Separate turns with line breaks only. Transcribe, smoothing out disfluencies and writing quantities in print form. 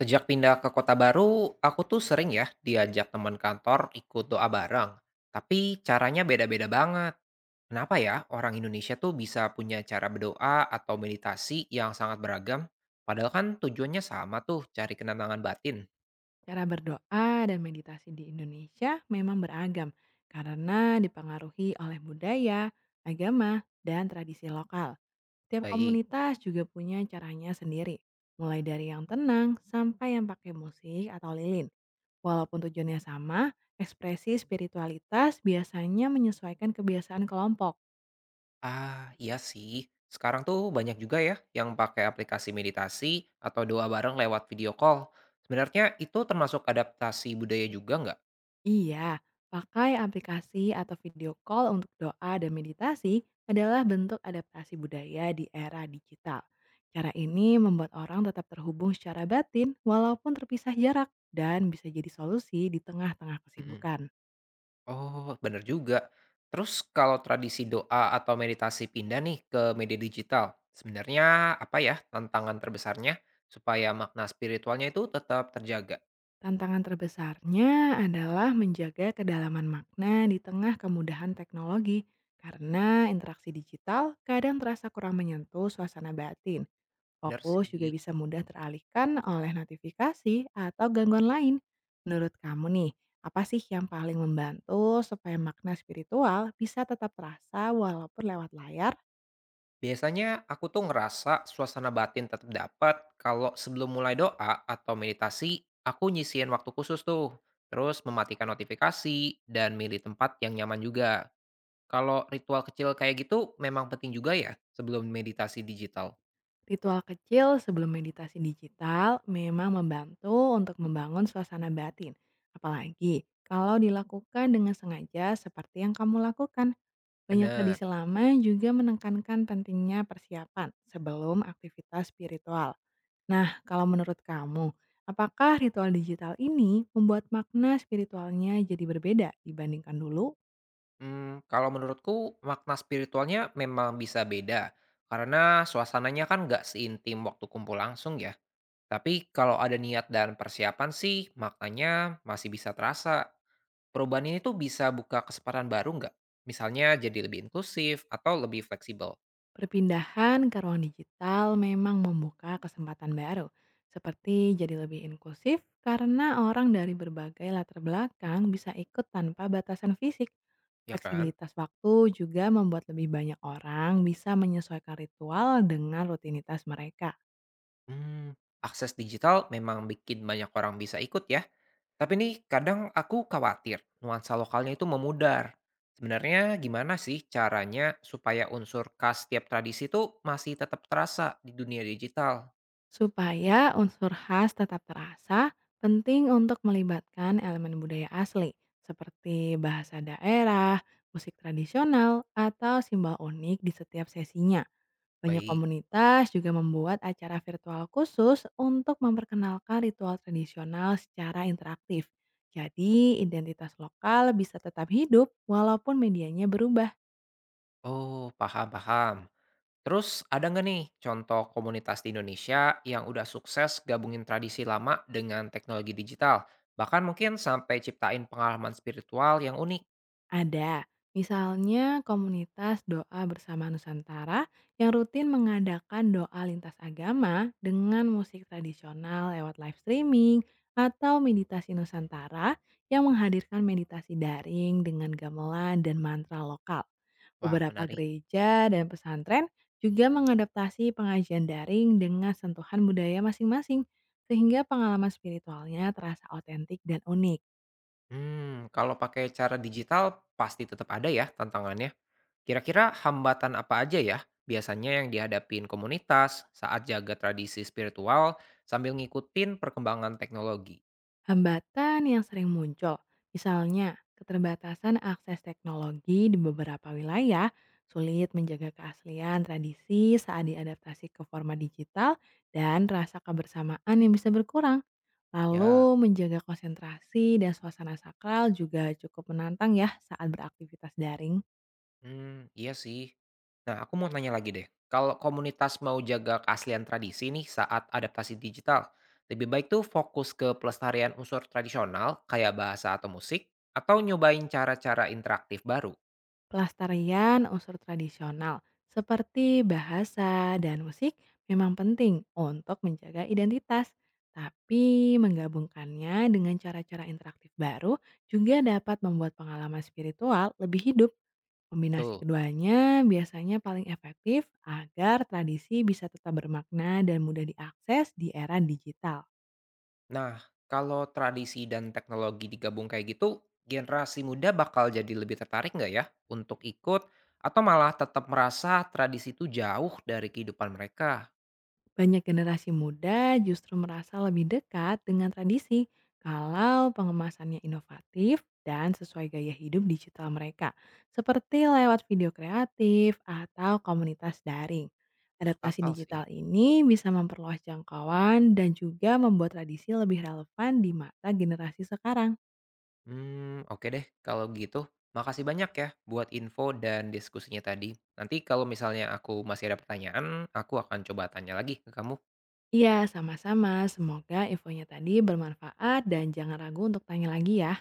Sejak pindah ke kota baru, aku tuh sering ya diajak teman kantor ikut doa bareng. Tapi caranya beda-beda banget. Kenapa ya orang Indonesia tuh bisa punya cara berdoa atau meditasi yang sangat beragam? Padahal kan tujuannya sama tuh, cari kenangan batin.
Cara berdoa dan meditasi di Indonesia memang beragam karena dipengaruhi oleh budaya, agama, dan tradisi lokal. Setiap
Baik.
komunitas juga punya caranya sendiri, mulai dari yang tenang sampai yang pakai musik atau lilin. Walaupun tujuannya sama, ekspresi spiritualitas biasanya menyesuaikan kebiasaan kelompok.
Ah, iya sih. Sekarang tuh banyak juga ya yang pakai aplikasi meditasi atau doa bareng lewat video call. Sebenarnya itu termasuk adaptasi budaya juga nggak?
Iya, pakai aplikasi atau video call untuk doa dan meditasi adalah bentuk adaptasi budaya di era digital. Cara ini membuat orang tetap terhubung secara batin walaupun terpisah jarak dan bisa jadi solusi di tengah-tengah
Mm-mm.
kesibukan.
Oh, bener juga. Terus kalau tradisi doa atau meditasi pindah nih ke media digital, sebenarnya apa ya tantangan terbesarnya supaya makna spiritualnya itu tetap terjaga?
Tantangan terbesarnya adalah menjaga kedalaman makna di tengah kemudahan teknologi karena interaksi digital kadang terasa kurang menyentuh suasana batin.
Bener
Fokus juga
sih.
bisa mudah teralihkan oleh notifikasi atau gangguan lain. Menurut kamu nih, apa sih yang paling membantu supaya makna spiritual bisa tetap terasa walaupun lewat layar?
Biasanya aku tuh ngerasa suasana batin tetap dapat kalau sebelum mulai doa atau meditasi, aku nyisihin waktu khusus tuh. Terus mematikan notifikasi dan milih tempat yang nyaman juga. Kalau ritual kecil kayak gitu memang penting juga ya sebelum meditasi digital.
Ritual kecil sebelum meditasi digital memang membantu untuk membangun suasana batin. Apalagi kalau dilakukan dengan sengaja seperti yang kamu lakukan. Banyak
Bener.
tradisi lama juga menekankan pentingnya persiapan sebelum aktivitas spiritual. Nah, kalau menurut kamu, apakah ritual digital ini membuat makna spiritualnya jadi berbeda dibandingkan dulu?
Kalau menurutku makna spiritualnya memang bisa beda, karena suasananya kan nggak seintim waktu kumpul langsung ya. Tapi kalau ada niat dan persiapan sih maknanya masih bisa terasa. Perubahan ini tuh bisa buka kesempatan baru nggak? Misalnya jadi lebih inklusif atau lebih fleksibel,
Perpindahan ke ruang digital memang membuka kesempatan baru, seperti jadi lebih inklusif karena orang dari berbagai latar belakang bisa ikut tanpa batasan fisik.
ya kan?
Fleksibilitas waktu juga membuat lebih banyak orang bisa menyesuaikan ritual dengan rutinitas mereka.
Mmm, Akses digital memang bikin banyak orang bisa ikut ya. Tapi nih kadang aku khawatir nuansa lokalnya itu memudar. Sebenarnya gimana sih caranya supaya unsur khas tiap tradisi itu masih tetap terasa di dunia digital?
Supaya unsur khas tetap terasa, penting untuk melibatkan elemen budaya asli seperti bahasa daerah, musik tradisional, atau simbol unik di setiap sesinya. Banyak
Baik.
komunitas juga membuat acara virtual khusus untuk memperkenalkan ritual tradisional secara interaktif. Jadi, identitas lokal bisa tetap hidup walaupun medianya berubah.
Oh, paham-paham. Terus ada nggak nih contoh komunitas di Indonesia yang udah sukses gabungin tradisi lama dengan teknologi digital? Bahkan mungkin sampai ciptain pengalaman spiritual yang unik.
Ada, misalnya komunitas doa bersama Nusantara yang rutin mengadakan doa lintas agama dengan musik tradisional lewat live streaming atau meditasi Nusantara yang menghadirkan meditasi daring dengan gamelan dan mantra lokal.
Wah,
Beberapa
menarik.
gereja dan pesantren juga mengadaptasi pengajian daring dengan sentuhan budaya masing-masing sehingga pengalaman spiritualnya terasa otentik dan unik.
Hmm, kalau pakai cara digital pasti tetap ada ya tantangannya. Kira-kira hambatan apa aja ya biasanya yang dihadapin komunitas saat jaga tradisi spiritual sambil ngikutin perkembangan teknologi?
Hambatan yang sering muncul, misalnya keterbatasan akses teknologi di beberapa wilayah, sulit menjaga keaslian tradisi saat diadaptasi ke format digital, dan rasa kebersamaan yang bisa berkurang. Lalu
Ya,
menjaga konsentrasi dan suasana sakral juga cukup menantang ya saat beraktivitas daring.
hmm, iya sih. Nah, aku mau tanya lagi deh. Kalau komunitas mau jaga keaslian tradisi nih saat adaptasi digital, lebih baik tuh fokus ke pelestarian unsur tradisional kayak bahasa atau musik, atau nyobain cara-cara interaktif baru.
Pelestarian unsur tradisional seperti bahasa dan musik memang penting untuk menjaga identitas, tapi menggabungkannya dengan cara-cara interaktif baru juga dapat membuat pengalaman spiritual lebih hidup. Kombinasi
Betul.
keduanya biasanya paling efektif agar tradisi bisa tetap bermakna dan mudah diakses di era digital.
Nah, kalau tradisi dan teknologi digabung kayak gitu, generasi muda bakal jadi lebih tertarik nggak ya untuk ikut atau malah tetap merasa tradisi itu jauh dari kehidupan mereka?
Banyak generasi muda justru merasa lebih dekat dengan tradisi kalau pengemasannya inovatif dan sesuai gaya hidup digital mereka, seperti lewat video kreatif atau komunitas daring.
Masuk
Adaptasi
akal sih.
digital ini bisa memperluas jangkauan dan juga membuat tradisi lebih relevan di mata generasi sekarang.
Hmm, oke deh kalau gitu. Makasih banyak ya buat info dan diskusinya tadi. Nanti kalau misalnya aku masih ada pertanyaan, aku akan coba tanya lagi ke kamu.
Iya, sama-sama. Semoga infonya tadi bermanfaat dan jangan ragu untuk tanya lagi ya.